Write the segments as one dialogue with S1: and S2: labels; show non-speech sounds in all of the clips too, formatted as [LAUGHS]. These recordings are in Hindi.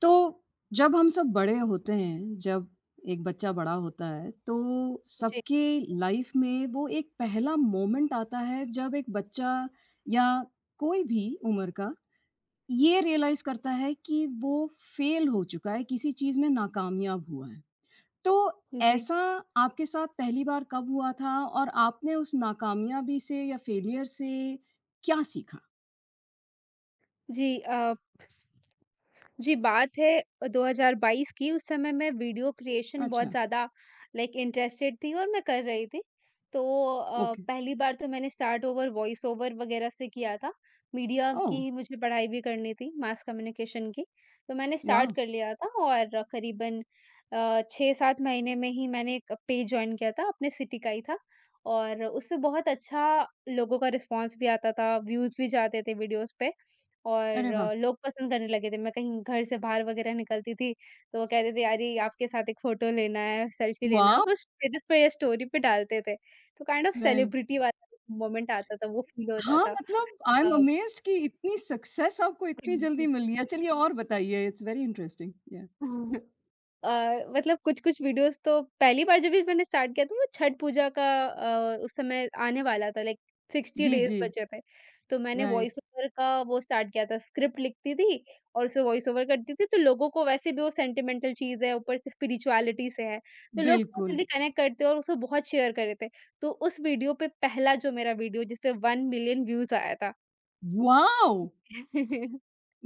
S1: तो जब हम सब बड़े होते हैं, जब एक बच्चा बड़ा होता है, तो
S2: जी,
S1: सबकी लाइफ में वो एक पहला मोमेंट आता है जब एक बच्चा या कोई भी उम्र का ये रियलाइज़ करता है कि वो फेल हो चुका है, किसी चीज़ में नाकामयाब हुआ है। तो
S2: जी,
S1: ऐसा आपके साथ पहली बार कब हुआ था और आपने उस नाकामयाबी से या फेलियर से क्या सीखा?
S2: जी, जी बात है 2022 की उस समय मैं वीडियो क्रिएशन बहुत
S1: अच्छा।
S2: ज़्यादा लाइक इंटरेस्टेड थी और मैं कर रही थी। तो
S1: ओके।
S2: पहली बार तो मैंने स्टार्ट ओवर वॉइस ओवर वगैरह से किया था। मीडिया
S1: ओह!
S2: की ही मुझे पढ़ाई भी करनी थी, मास कम्युनिकेशन की। तो मैंने स्टार्ट
S1: वाह!
S2: कर लिया था और करीबन 6-7 महीने में ही मैंने एक पेज जॉइन किया था, अपने सिटी का ही था और उसपे बहुत अच्छा लोगों का रिस्पॉन्स भी आता था, व्यूज़ भी जाते थे वीडियोज़ पे। और
S1: अरे वाह!
S2: लोग पसंद करने लगे थे। मैं कहीं घर से बाहर वगैरह निकलती थी, तो वो कहते थे, "अरे! आपके साथ एक फ़ोटो लेना है, सेल्फ़ी लेना है।"
S1: वाह!
S2: वो स्टेटस पे या स्टोरी पे डालते थे। तो काइंड ऑफ़
S1: राइट।
S2: सेलिब्रिटी वाला मोमेंट आता था, वो फ़ील होता
S1: हाँ,
S2: था।
S1: मतलब आई एम
S2: अ
S1: अमेज़्ड कि इतनी सक्सेस आपको इतनी जल्दी मिल
S2: [LAUGHS]
S1: रही है। चलिए और बताइए? It's very interesting. या
S2: [LAUGHS] हाँ। मतलब कुछ-कुछ वीडियोज़ तो पहली बार जब भी मैंने स्टार्ट किया था वो छठ पूजा का उस समय आने वाला था लाइक 60
S1: जी,
S2: डेज़
S1: जी।
S2: बचे थे। तो मैंने
S1: राइट।
S2: वॉइस ओवर का वो स्टार्ट किया था, स्क्रिप्ट लिखती थी और उसमें वॉइस ओवर करती थी, तो लोगों को वैसे भी वो सेंटिमेंटल चीज़ है, ऊपर से स्पिरिचुअलिटी से है, तो लोग बहुत
S1: बिल्कुल।
S2: जल्दी कनेक्ट करते हैं और उसको बहुत शेयर कर रहे थे। तो उस वीडियो पे पहला जो मेरा वीडियो जिस पे 1 मिलियन व्यूज़ आया था।
S1: वॉव!
S2: [LAUGHS]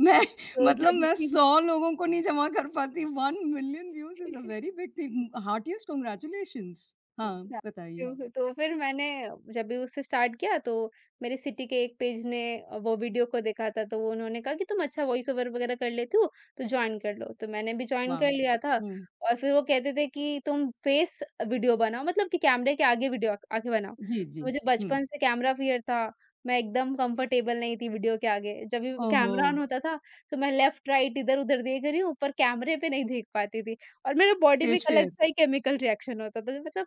S1: मैं [LAUGHS]
S2: तो
S1: मतलब
S2: जब [LAUGHS]
S1: मैं
S2: भी
S1: 100 लोगों को नहीं जमा कर पाती। 1 million views is a very big thing. Heartiest congratulations. हाँ, बताइए।
S2: क्यों तो फिर मैंने जब भी उससे स्टार्ट किया तो मेरे सिटी के एक पेज ने वो वीडियो को देखा था तो वो उन्होंने कहा कि तुम अच्छा वॉइस ओवर वगैरह कर लेती हो तो ज्वाइन कर लो तो मैंने भी ज्वाइन
S1: वाह!
S2: कर लिया था
S1: हुँ।
S2: और फिर वो कहते थे कि तुम फेस वीडियो बनाओ मतलब कि कैमरे के आगे वीडियो आगे बनाओ
S1: जी, जी।
S2: तो मुझे
S1: हुँ।
S2: बचपन से कैमरा फियर था मैं एकदम कंफर्टेबल नहीं थी वीडियो के आगे जब भी
S1: ओह हो!
S2: कैमरा ऑन होता था तो मैं लेफ्ट राइट इधर उधर देख रही हूँ पर कैमरे पे नहीं देख पाती थी और मेरे बॉडी में
S1: स्टेज
S2: एक अलग
S1: फियर।
S2: सा ही केमिकल रिएक्शन होता था मतलब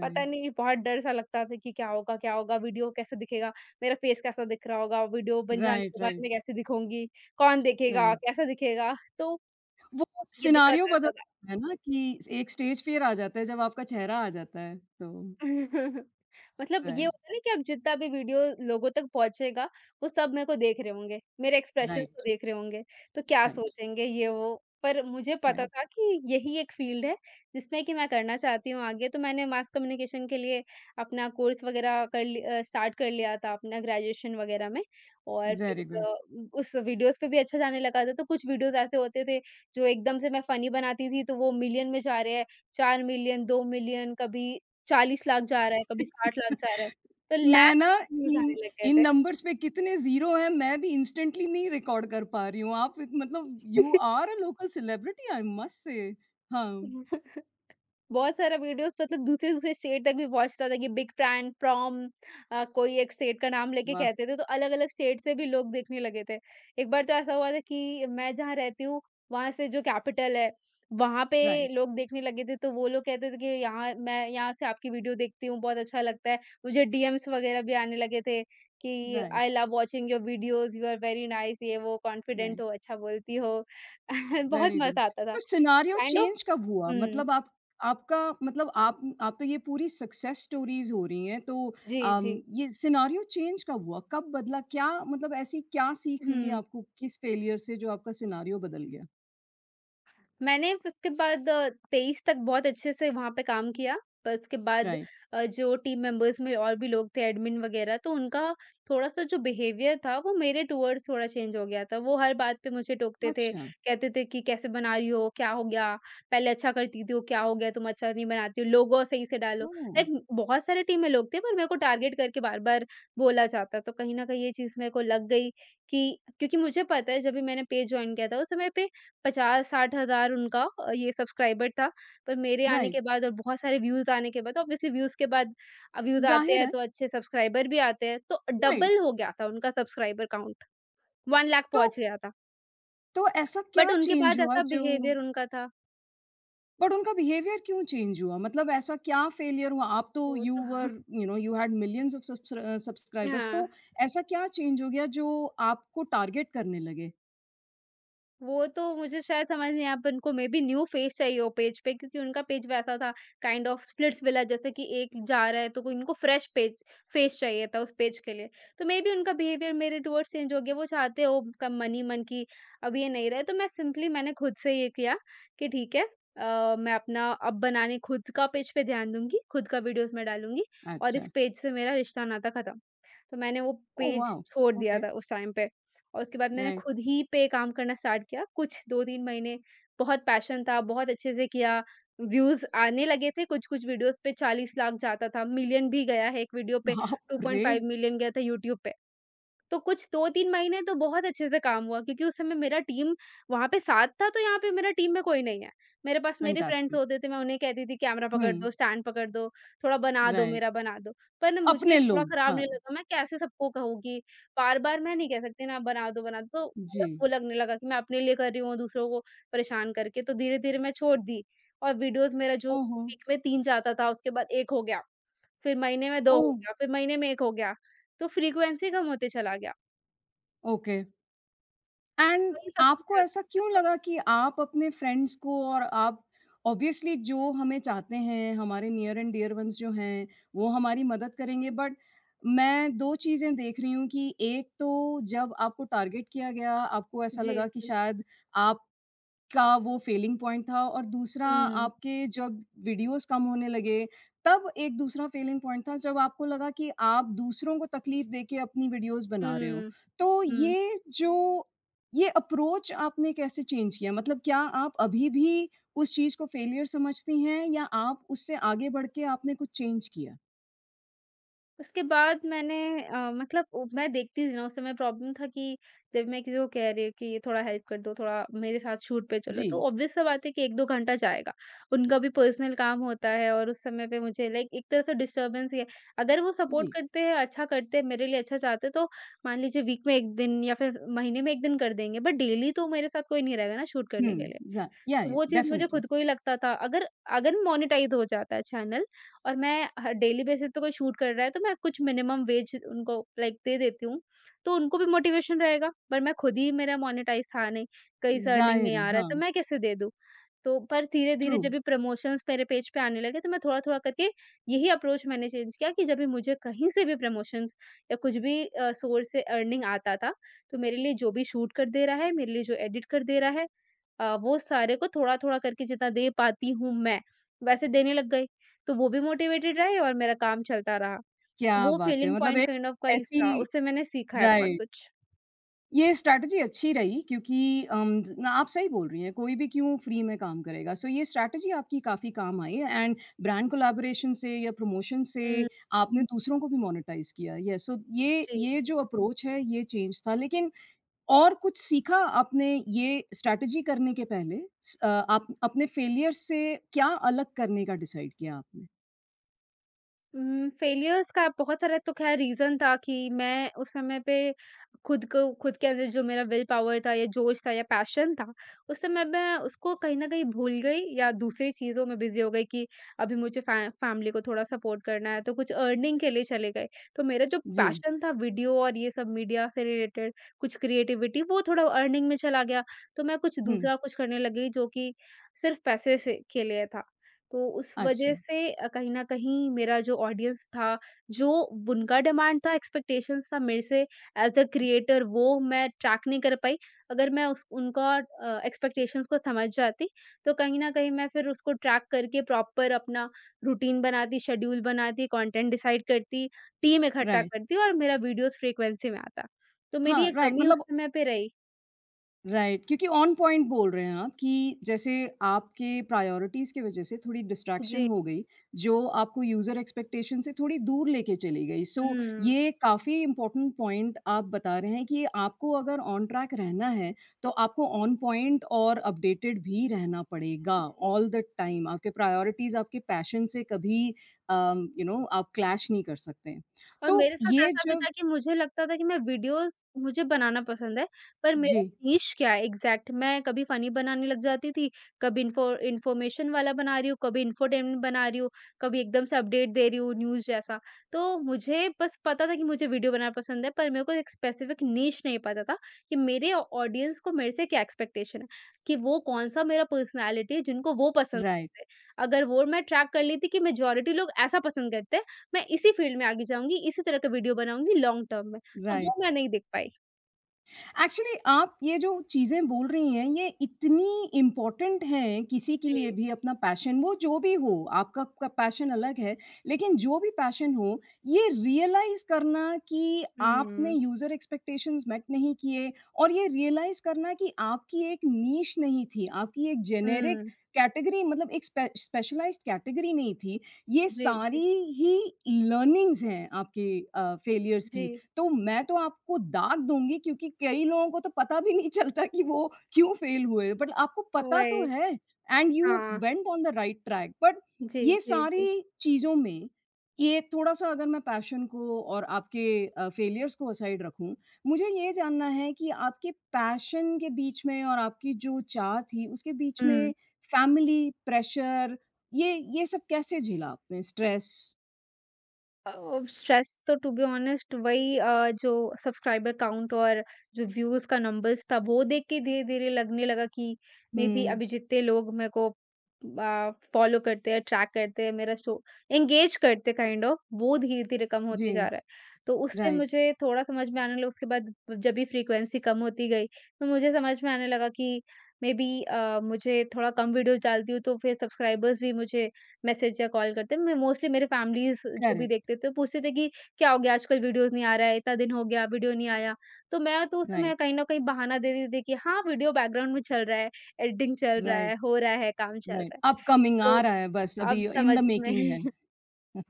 S2: पता नहीं बहुत डर सा लगता था कि क्या होगा क्या होगा? वीडियो कैसे दिखेगा? मेरा फेस कैसा दिख रहा होगा? वीडियो बन जाने
S1: राइट,
S2: के बाद
S1: राइट,
S2: मैं कैसे दिखूँगी? कौन देखेगा?
S1: राइट।
S2: कैसा दिखेगा? तो
S1: वो
S2: ये दिक्कत
S1: सिनेरियो बदल
S2: आता था।
S1: जाता है ना कि एक स्टेज फियर आ जाता है जब आपका चेहरा आ जाता है, तो
S2: [LAUGHS] मतलब ये
S1: राइट,
S2: होता है ना कि अब जितना भी वीडियो लोगों तक पहुँचेगा, वो सब मेरे को देख रहे होंगे, मेरे एक्सप्रेशंस को
S1: राइट,
S2: देख रहे होंगे, तो क्या
S1: राइट,
S2: सोचेंगे ये वो। पर मुझे पता
S1: राइट,
S2: था कि यही एक फील्ड है, जिसमें कि मैं करना चाहती हूँ आगे, तो मैंने मास कम्युनिकेशन के लिए अपना कोर्स वग़ैरह स्टार्ट कर लिया था अपना ग्रेजुएशन वग़ैरह में और
S1: वेरी
S2: फिर
S1: गुड।
S2: उस वीडियोज़ पे भी अच्छा जाने लगा था, तो कुछ वीडियोज़ ऐसे होते थे, जो एकदम से मैं फ़नी बनाती थी, तो वो मिलियन में जा रहे हैं, 4 मिलियन, 2 मिलियन, कभी 40 लाख जा रहा है, कभी
S1: [LAUGHS]
S2: 60 लाख जा रहा है, तो
S1: मैं
S2: लाख
S1: ना
S2: यूज़
S1: इन
S2: आने लग
S1: इन
S2: गए
S1: नंबर्स पे कितने ज़ीरो हैं मैं भी इंस्टेंटली नहीं रिकॉर्ड कर पा रही हूँ। आप मतलब यू
S2: थे।
S1: Are a local celebrity I must say. हाँ,
S2: [LAUGHS] बहुत सारा वीडियोस मतलब दूसरे-दूसरे स्टेट तक भी पहुँचता था कि बिग फैन फ्रॉम कोई एक स्टेट का नाम लेके
S1: वाह!
S2: कहते थे, तो अलग-अलग स्टेट से भी लोग देखने लगे थे। एक बार तो ऐसा हुआ था कि मैं जहाँ रहती हूँ, वहाँ से जो कैपिटल है, वहाँ पे
S1: राइट,
S2: लोग देखने लगे थे, तो वो लोग कहते थे कि यहाँ मैं यहाँ से आपकी वीडियो देखती हूँ, बहुत अच्छा लगता है। मुझे डीएम्स वगैरह भी आने लगे थे कि
S1: right,
S2: I love watching your videos, you are very nice, ये वो, कॉन्फिडेंट
S1: राइट।
S2: हो, अच्छा बोलती हो। [LAUGHS] बहुत
S1: वेरी गुड।
S2: मज़ा आता था।
S1: तो सिनेरियो
S2: काइंड ऑफ
S1: चेंज कब हुआ?
S2: हुँ।
S1: मतलब आप आपका मतलब आप तो ये पूरी सक्सेस स्टोरीज़ हो रही हैं, तो
S2: जी,
S1: अम,
S2: जी।
S1: ये सिनेरियो चेंज कब हुआ? कब बदला? क्या मतलब ऐसी क्या सीख मिली
S2: हुँ।
S1: आपको किस फेलियर से जो आपका सिनेरियो बदल गया?
S2: मैंने उसके बाद 23 तक बहुत अच्छे से वहाँ पे काम किया, पर उसके बाद
S1: राइट।
S2: जो टीम मेंबर्स में और भी लोग थे एडमिन वग़ैरह, तो उनका थोड़ा-सा जो बिहेवियर था वो मेरे टुवर्ड्स थोड़ा चेंज हो गया था। वो हर बात पे मुझे टोकते थे,
S1: अच्छा।
S2: कहते थे कि कैसे बना रही हो? क्या हो गया? पहले अच्छा करती थी, वो क्या हो गया? तुम अच्छा नहीं बनाती हो, लोगो सही से डालो।
S1: ओह!
S2: लाइक बहुत सारे टीम में लोग थे पर मेरे को टारगेट करके बार-बार बोला जाता। तो कहीं न कहीं ये चीज़ मेरे को लग गई कि क्योंकि मुझे पता है जब भी मैंने पेज जॉइन किया था उस समय पे 50-60 हज़ार उनका ये सब्सक्राइबर था। पर मेरे आने
S1: राइट।
S2: के बाद और बहुत सारे व्यूज़ आने के बाद ऑब्वियसली व्यूज़ के बाद व्यूज़ आते
S1: ज़ाहिर
S2: हैं
S1: है,
S2: तो अच्छे सब्सक्राइबर भी आते हैं। तो
S1: राइट।
S2: डबल हो गया था उनका सब्सक्राइबर काउंट 1 लाख
S1: तो
S2: पहुँच गया था।
S1: तो ऐसा
S2: बट
S1: क्या
S2: उनके
S1: चेंज
S2: बाद
S1: हुआ
S2: ऐसा
S1: जो
S2: बिहेवियर उनका था।
S1: बट उनका बिहेवियर क्यों चेंज हुआ? मतलब ऐसा क्या फेलियर हुआ? आप तो
S2: वो
S1: यू
S2: तो
S1: were
S2: [LAUGHS]
S1: you know, you had millions of subscribers
S2: हाँ।
S1: तो ऐसा क्या चेंज हो गया जो आपको टारगेट करने लगे?
S2: वो तो मुझे शायद समझ नहीं आया, अब उनको मे बी न्यू फेस चाहिए हो पेज पे क्योंकि उनका पेज वैसा था काइंड ऑफ स्प्लिट्स विला जैसे कि एक जा रहा है तो कोई इनको फ्रेश पेज फेस चाहिए था उस पेज के लिए। तो मे बी उनका बिहेवियर मेरे टुवर्ड्स चेंज हो गया, वो चाहते हो कम मन ही मन कि अब ये नहीं रहे। तो मैं सिंपली मैंने खुद से ये किया कि ठीक है मैं अपना अब बनाने खुद का पेज पे ध्यान दूँगी, खुद का वीडियोज़ मैं डालूँगी और इस
S1: अच्छा।
S2: पेज से मेरा रिश्ता नाता खत्म। तो मैंने वो
S1: ओह
S2: पेज
S1: वाओ!
S2: छोड़ दिया
S1: ओके,
S2: था उस टाइम पे और उसके बाद मैंने
S1: राइट।
S2: खुद ही पे काम करना स्टार्ट किया। कुछ 2-3 महीने बहुत पैशन था, बहुत अच्छे से किया, व्यूज़ आने लगे थे, कुछ-कुछ वीडियोज़ पे 40 लाख जाता था, मिलियन भी गया है एक वीडियो पे,
S1: बाप रे!
S2: 2.5 मिलियन गया था यूट्यूब पे। तो कुछ 2-3 महीने तो बहुत अच्छे से काम हुआ क्योंकि उस समय मेरा टीम वहाँ पे साथ था, तो यहाँ पे मेरा टीम में कोई नहीं है। मेरे पास मेरे फ्रेंड्स
S1: फैंटास्टिक।
S2: होते थे, मैं उन्हें कहती थी कैमरा
S1: हुँ,
S2: पकड़ दो, स्टैंड पकड़ दो, थोड़ा बना दो,
S1: राइट।
S2: मेरा बना दो। पर ना मुझे
S1: अपने
S2: थोड़ा
S1: लोग,
S2: खराब नहीं
S1: हाँ,
S2: लगा, मैं कैसे सबको कहूँगी? बार-बार मैं नहीं कह सकती ना बना दो, तो
S1: जी।
S2: मतलब वो लगने लगा कि मैं अपने लिए कर रही हूँ और दूसरों को परेशान करके, तो धीरे-धीरे मैं छोड़ दी। और वीडियोज़ मेरा जो
S1: ओहो!
S2: वीक में 3 जाता था, उसके बाद 1 हो गया, फिर महीने में 2 हो
S1: ओह!
S2: गया, फिर महीने में 1 हो गया, तो फ्रीक्वेंसी कम होते चला गया।
S1: ओके। एंड
S2: वही सबसे
S1: आपको
S2: ज़्यादा
S1: ऐसा
S2: मुझे
S1: क्यों
S2: प्रॉब्लम
S1: लगा कि आप अपने फ्रेंड्स को और आप ऑब्वियसली जो हमें चाहते हैं, हमारे नियर एंड डियर वन्स जो हैं, वो हमारी मदद करेंगे बट मैं 2 चीज़ें देख रही हूँ कि एक तो जब आपको टारगेट किया गया, आपको ऐसा
S2: जी,
S1: लगा कि
S2: जी।
S1: शायद आप का वो फेलिंग पॉइंट था और दूसरा
S2: हुँ,
S1: आपके जब वीडियोस कम होने लगे, तब एक दूसरा फेलिंग पॉइंट था जब आपको लगा कि आप दूसरों को तकलीफ देके अपनी वीडियोस बना रहे हो।
S2: हुँ,
S1: तो
S2: हुँ।
S1: ये जो ये अप्रोच आपने कैसे चेंज किया? मतलब क्या आप अभी भी उस चीज़ को फेलियर समझती हैं या आप उससे आगे बढ़ के आपने कुछ चेंज किया?
S2: उसके बाद मैंने मतलब ओ मैं देखती थी ना उस समय प्रॉब्लम था कि जब मैं किसी को कह रही हूँ कि ये थोड़ा हेल्प कर दो, थोड़ा मेरे साथ शूट पे चलो, तो
S1: जी,
S2: ऑब्वियस सी बात है कि 1-2 घंटा जाएगा। उनका भी पर्सनल काम होता है और उस समय पे मुझे लाइक एक तरह से डिस्टर्बेंस ही है। अगर वो सपोर्ट
S1: जी।
S2: करते हैं, अच्छा करते हैं, मेरे लिए अच्छा चाहते हैं, तो मान लीजिए वीक में 1 दिन या फिर महीने में 1 दिन कर देंगे, बट डेली तो मेरे साथ कोई नहीं रहेगा ना शूट करने
S1: हुँ,
S2: के लिए।
S1: ज़ा या
S2: वो चीज़ मुझे
S1: डेफिनिटली
S2: खुद को ही लगता था अगर अगर मोनेटाइज़ हो जाता है चैनल और मैं ह डेली बेसिस पे कोई शूट कर रहा है तो मैं कुछ मिनिमम वेज उनको लाइक दे देती हूँ, तो उनको भी मोटिवेशन रहेगा। पर मैं खुद ही मेरा मोनेटाइज़ था नहीं, कहीं से अर्निंग
S1: ज़ाहिर
S2: नहीं
S1: है,
S2: आ रहा है
S1: हाँ,
S2: तो मैं कैसे दे दूँ? तो पर धीरे-धीरे
S1: ट्रू
S2: जब भी प्रमोशंस मेरे पेज पे आने लगे तो मैं थोड़ा-थोड़ा करके यही अप्रोच मैंने चेंज किया कि जब भी मुझे कहीं से भी प्रमोशंस या कुछ भी सोर्स से अर्निंग आता था, तो मेरे लिए जो भी शूट कर दे रहा है, मेरे लिए जो एडिट कर दे रहा है वो सारे को थोड़ा-थोड़ा करके जितना दे पाती हूँ मैं, वैसे देने लग गई। तो वो भी मोटिवेटेड रहे और मेरा काम चलता रहा।
S1: क्या
S2: वो
S1: बात है!
S2: फीलिंग
S1: मतलब
S2: पॉइंट
S1: एक
S2: काइंड ऑफ का ही था,
S1: ऐसी
S2: उससे मैंने सीखा है बहुत
S1: राइट।
S2: कुछ।
S1: ये स्ट्रैटेजी अच्छी रही क्योंकि ज ना आप सही बोल रही हैं, कोई भी क्यों फ्री में काम करेगा। सो ये स्ट्रैटेजी आपकी काफ़ी काम आई एंड ब्रांड कोलैबोरेशन से या प्रमोशन से
S2: हुँ,
S1: आपने हुँ। दूसरों को भी मोनेटाइज़ किया। येस सो ये
S2: जी।
S1: ये जो अप्रोच है ये चेंज था। लेकिन और कुछ सीखा आपने ये स्ट्रैटेजी करने के पहले? आप अपने फेलियर से क्या अलग करने का डिसाइड किया आपने?
S2: फेलियर्स का बहुत सारा तो ख़ैर रीज़न था कि मैं उस समय पे खुद को खुद के अंदर जो मेरा विल पावर था या जोश था या पैशन था, उस समय मैं उसको कहीं न कहीं भूल गई या दूसरी चीज़ों में बिज़ी हो गई कि अभी मुझे फ़ैमिली को थोड़ा सपोर्ट करना है, तो कुछ अर्निंग के लिए चले गए। तो मेरा जो
S1: जी।
S2: पैशन था वीडियो और ये सब मीडिया से रिलेटेड कुछ क्रिएटिविटी वो थोड़ा अर्निंग में चला गया, तो मैं कुछ
S1: हुँ।
S2: दूसरा कुछ करने लगी जो कि सिर्फ़ पैसे से के लिए था। तो उस
S1: अच्छा,
S2: वजह से कहीं न कहीं मेरा जो ऑडियंस था, जो उनका डिमांड था, एक्सपेक्टेशंस था मेरे से एज़ अ क्रिएटर वो मैं ट्रैक नहीं कर पाई। अगर मैं उस उनका एक्सपेक्टेशंस को समझ जाती, तो कहीं न कहीं मैं फिर उसको ट्रैक करके प्रॉपर अपना रूटीन बनाती, शेड्यूल बनाती, कंटेंट डिसाइड करती, टीम इकट्ठा
S1: राइट।
S2: करती और मेरा वीडियोज़ फ्रीक्वेंसी में आता। तो मेरी
S1: हाँ,
S2: ये
S1: राइट
S2: कमी उस
S1: मतलब
S2: समय पे रही।
S1: राइट क्योंकि ऑन पॉइंट बोल रहे हैं आप कि जैसे आपके प्रायोरिटीज़ की वजह से थोड़ी डिस्ट्रैक्शन
S2: जी।
S1: हो गई, जो आपको यूज़र एक्सपेक्टेशन से थोड़ी दूर लेके चली गई। सो so,
S2: हुँ।
S1: ये काफ़ी इम्पोर्टेंट पॉइंट आप बता रहे हैं कि आपको अगर ऑन ट्रैक रहना है, तो आपको ऑन पॉइंट और अपडेटेड भी रहना पड़ेगा ऑल द टाइम। आपके प्रायोरिटीज़ आपके पैशन से कभी यू नो आप क्लैश नहीं कर सकते।
S2: और
S1: तो
S2: मेरे साथ
S1: ये
S2: ऐसा भी
S1: जब
S2: था कि मुझे लगता था कि मैं वीडियोज़ मुझे बनाना पसंद है, पर मेरा
S1: जी,
S2: नीश क्या है एग्ज़ैक्ट। मैं कभी फ़नी बनाने लग जाती थी, कभी इन्फो इन्फॉर्मेशन वाला बना रही हूँ, कभी इंफोटेनमेंट बना रही हूँ, कभी एकदम से अपडेट दे रही हूँ न्यूज़ जैसा। तो मुझे बस पता था कि मुझे वीडियो बनाना पसंद है, पर मेरे को एक स्पेसिफ़िक नीश नहीं पता था कि मेरे ऑडियंस को मेरे से क्या एक्सपेक्टेशन है, कि वो कौन-सा मेरा पर्सनैलिटी है जिनको वो पसंद
S1: राइट,
S2: करते हैं। अगर वो मैं ट्रैक कर लेती कि मेजॉरिटी लोग ऐसा पसंद करते हैं, मैं इसी फ़ील्ड में आगे जाऊँगी, इसी तरह का वीडियो बनाऊँगी लॉन्ग टर्म में, तो
S1: राइट।
S2: वो मैं नहीं देख पाई।
S1: एक्चुअली आप ये जो चीज़ें बोल रही हैं, ये इतनी इम्पोर्टेंट हैं किसी के लिए
S2: जी।
S1: भी अपना पैशन वो जो भी हो, आपका का पैशन अलग है, लेकिन जो भी पैशन हो, ये रियलाइज़ करना कि आपने
S2: हुँ।
S1: यूज़र एक्सपेक्टेशंस मेट नहीं किए और ये रियलाइज़ करना कि आपकी एक नीश नहीं थी, आपकी एक जेनेरिक
S2: हुँ।
S1: कैटेगरी मतलब एक स्पेशलाइज़्ड कैटेगरी नहीं थी। ये
S2: जी, जी।
S1: सारी ही लर्निंग्स हैं आपके फेलियर्स की
S2: जी,
S1: तो मैं तो आपको दाग दूँगी क्योंकि कई लोगों को तो पता भी नहीं चलता कि वो क्यों फेल हुए, बट आपको पता तो
S2: वही।
S1: है एंड यू
S2: हाँ।
S1: Went on the right track. But
S2: जी,
S1: ये
S2: जी, जी।
S1: सारी चीज़ों में ये थोड़ा-सा अगर मैं पैशन को और आपके फेलियर्स को असाइड रखूँ, मुझे ये जानना है कि आपके पैशन के बीच में और आपकी जो चाह थी, उसके बीच
S2: हुँ।
S1: में फैमिली प्रेशर ये सब कैसे झेला आपने? स्ट्रेस?
S2: अ, स्ट्रेस तो टू बी ऑनेस्ट वही, जो सब्सक्राइबर काउंट और जो व्यूज का नंबर्स था वो देख के धीरे-धीरे लगने लगा कि मे बी
S1: हुँ।
S2: अभी जितने लोग मेरे को फॉलो करते हैं, ट्रैक करते हैं, मेरा स्टो एंगेज करते काइंड ऑफ, वो धीरे-धीरे कम होते जा
S1: जी,
S2: रहा है। तो उससे
S1: राइट,
S2: मुझे थोड़ा समझ में आने लगा। उसके बाद जब भी फ्रीक्वेंसी कम होती गई तो मुझे समझ में आने लगा कि मे बी मुझे थोड़ा कम वीडियोस डालती हूँ तो फिर सब्सक्राइबर्स भी मुझे मैसेज या कॉल करते हैं। मैं मोस्टली मेरे फैमिलीज़ जो भी
S1: करेक्ट,
S2: देखते थे, पूछते थे कि, "क्या हो गया आजकल वीडियोज़ नहीं आ रहा है, इतना दिन हो गया वीडियो नहीं आया।" तो मैं तो उस समय
S1: राइट।
S2: कहीं न कहीं बहाना दे देती थी कि हाँ, वीडियो बैकग्राउंड में चल रहा है, एडिटिंग चल रहा है,
S1: राइट,
S2: हो रहा है, काम चल
S1: राइट।
S2: रहा है।
S1: अपकमिंग
S2: तो
S1: आ रहा है बस
S2: अब
S1: अभी इन
S2: समझ
S1: द
S2: में
S1: मेकिंग है।
S2: [LAUGHS]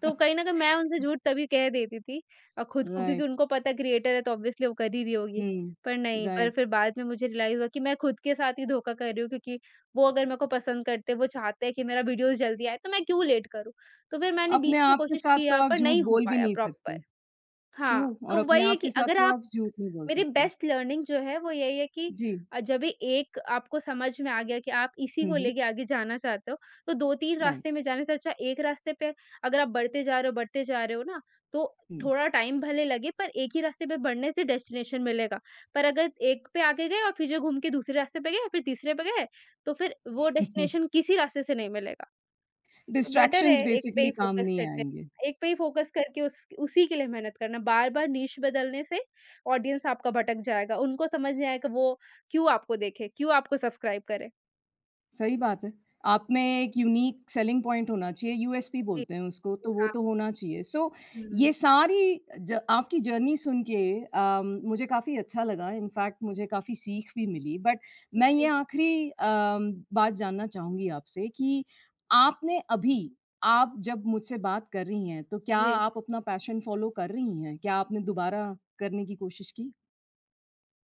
S2: तो कहीं न कहीं मैं उनसे झूठ तभी कह देती थी, खुद को, क्योंकि
S1: राइट,
S2: उनको पता है क्रिएटर है तो ऑब्वियसली वो कर ही रही होगी।
S1: हुँ,
S2: पर नहीं, पर
S1: राइट।
S2: फिर बाद में मुझे रियलाइज़ हुआ कि मैं खुद के साथ ही धोखा कर रही हूँ, क्योंकि वो अगर मेरे को पसंद करते, वो चाहते हैं कि मेरा वीडियोज़ जल्दी आए तो मैं क्यों लेट करूँ? तो फिर मैंने बीच
S1: अपने
S2: में
S1: आप के
S2: कोशिश
S1: साथ तो
S2: किया
S1: आप
S2: पर
S1: झूठ
S2: नहीं हो
S1: बोल भी
S2: पाया
S1: नहीं
S2: प्रॉपर।
S1: सकते।
S2: हाँ,
S1: ट्रू और
S2: तो
S1: अपने
S2: वही है
S1: आप
S2: कि
S1: के साथ
S2: अगर
S1: तो
S2: आप
S1: आप झूठ नहीं बोल
S2: मेरी
S1: सकते।
S2: बेस्ट लर्निंग जो है वो यही है कि
S1: जी।
S2: जब भी एक आपको समझ में आ गया कि आप इसी
S1: हुँ,
S2: को
S1: हुँ,
S2: लेके आगे जाना चाहते हो, तो 2-3
S1: राइट,
S2: रास्ते में जाने से अच्छा एक रास्ते पे अगर आप बढ़ते जा रहे हो, बढ़ते जा रहे हो ना, तो
S1: हुँ।
S2: थोड़ा टाइम भले लगे पर एक ही रास्ते पे बढ़ने से डेस्टिनेशन मिलेगा। पर अगर एक पे आगे गए और फिर जो घूम के दूसरे रास्ते पे गए, फिर तीसरे पे गए, तो फिर वो डेस्टिनेशन
S1: [LAUGHS]
S2: किसी रास्ते से नहीं मिलेगा। तो बेटर है
S1: डिस्ट्रैक्शंस
S2: एक पे ही
S1: बेसिकली काम
S2: फ़ोकस
S1: नहीं
S2: करते
S1: आएँगे।
S2: हैं। एक पे ही फ़ोकस करके उस उसी के लिए मेहनत करना। बार-बार नीश बदलने से ऑडियंस आपका भटक जाएगा। उनको समझ नहीं आएगा वो क्यों आपको देखे, क्यों आपको सब्सक्राइब करे।
S1: सही बात है। आप में एक यूनिक सेलिंग पॉइंट होना चाहिए, यूएसपी
S2: जी,
S1: बोलते हैं उसको,
S2: जी,
S1: तो वो
S2: हाँ।
S1: तो होना चाहिए। सो ये सारी ज आपकी जर्नी सुन के मुझे काफ़ी अच्छा लगा, इनफैक्ट मुझे काफ़ी सीख भी मिली। बट
S2: हुँ,
S1: मैं ये
S2: जी,
S1: आखिरी बात जानना चाहूँगी आपसे कि आपने अभी आप जब मुझसे बात कर रही हैं, तो क्या
S2: जी।
S1: आप अपना पैशन फ़ॉलो कर रही हैं? क्या आपने दोबारा करने की कोशिश की?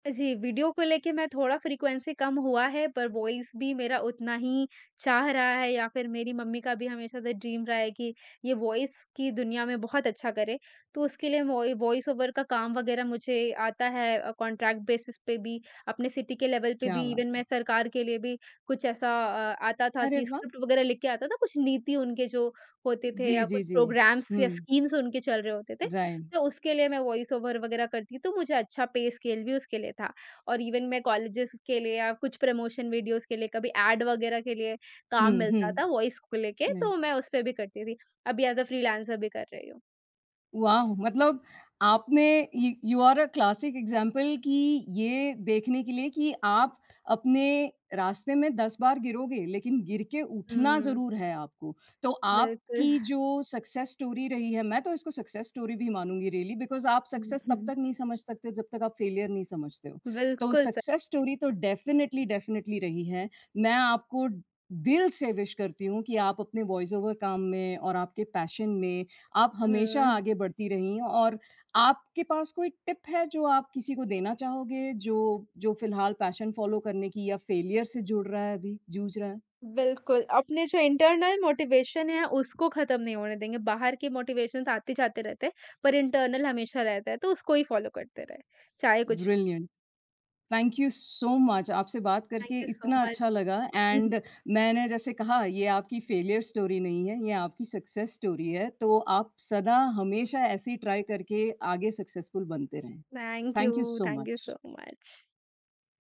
S2: जी, वीडियो को लेके मैं थोड़ा फ्रीक्वेंसी कम हुआ है, पर वॉइस भी मेरा उतना ही चाह रहा है, या फिर मेरी मम्मी का भी हमेशा से ड्रीम रहा है कि ये वॉइस की दुनिया में बहुत अच्छा करे। तो उसके लिए वॉइस ओवर का काम वगैरह मुझे आता है, कॉन्ट्रैक्ट बेसिस पे भी, अपने सिटी के लेवल पे
S1: क्या
S2: भी,
S1: बात
S2: इवन मैं
S1: है!
S2: सरकार के लिए भी कुछ ऐसा आता था
S1: अरे
S2: कि
S1: वाह!
S2: स्क्रिप्ट वगैरह लिख के आता था, कुछ नीति उनके जो होते थे या
S1: जी,
S2: कुछ
S1: जी, जी।
S2: प्रोग्राम्स या
S1: हुँ,
S2: स्कीम्स उनके चल रहे होते थे,
S1: राइट।
S2: तो उसके लिए मैं वॉइस ओवर वगैरह करती तो मुझे अच्छा पे स्केल भी उसके लिए था। और इवन मैं कॉलेजेस के लिए या कुछ प्रमोशन वीडियोस के लिए, कभी एड वगैरह के लिए
S1: हुँ,
S2: काम मिलता
S1: हुँ।
S2: था वॉइस को लेके,
S1: नहीं,
S2: तो मैं उस पे भी करती थी। अभी एज़ अ फ्रीलांसर भी कर रही हूँ।
S1: वॉव! मतलब आपने you you are a classic example कि ये देखने के लिए कि आप अपने रास्ते में 10 बार गिरोगे, लेकिन गिर के उठना
S2: हुँ,
S1: ज़रूर है आपको। तो
S2: बिल्कुल।
S1: आपकी जो सक्सेस स्टोरी रही है, मैं तो इसको सक्सेस स्टोरी भी मानूँगी रियली बिकॉज़ आप सक्सेस तब तक
S2: [LAUGHS]
S1: नहीं समझ सकते जब तक आप फेलियर नहीं समझते हो। तो
S2: बिल्कुल सर।
S1: सक्सेस स्टोरी तो डेफ़िनिटली, डेफ़िनिटली रही है। मैं आपको दिल से विश करती हूँ कि आप अपने वॉइस ओवर काम में और आपके पैशन में आप हमेशा
S2: हुँ,
S1: आगे बढ़ती रहीं और आपके पास कोई टिप है जो आप किसी को देना चाहोगे, जो जो फिलहाल पैशन फ़ॉलो करने की या फेलियर से जुड़ रहा है अभी, जूझ रहा है?
S2: बिल्कुल। अपने जो इंटरनल मोटिवेशन है उसको ख़त्म नहीं होने देंगे। बाहर के मोटिवेशंस आते जाते रहते हैं, पर इंटरनल हमेशा रहता है, तो उसको ही फ़ॉलो करते रहे, चाहे कुछ भी।
S1: Brilliant. Thank you so much, आपसे बात
S2: थैंक
S1: करके
S2: यू सो
S1: इतना अच्छा
S2: मच।
S1: लगा एंड मैंने जैसे कहा ये आपकी फेलियर स्टोरी नहीं है, ये आपकी सक्सेस स्टोरी है, तो आप सदा हमेशा ऐसे ही ट्राई करके आगे सक्सेसफुल बनते रहें।
S2: Thank
S1: thank you
S2: you.
S1: So
S2: Thank you
S1: मच।
S2: so much.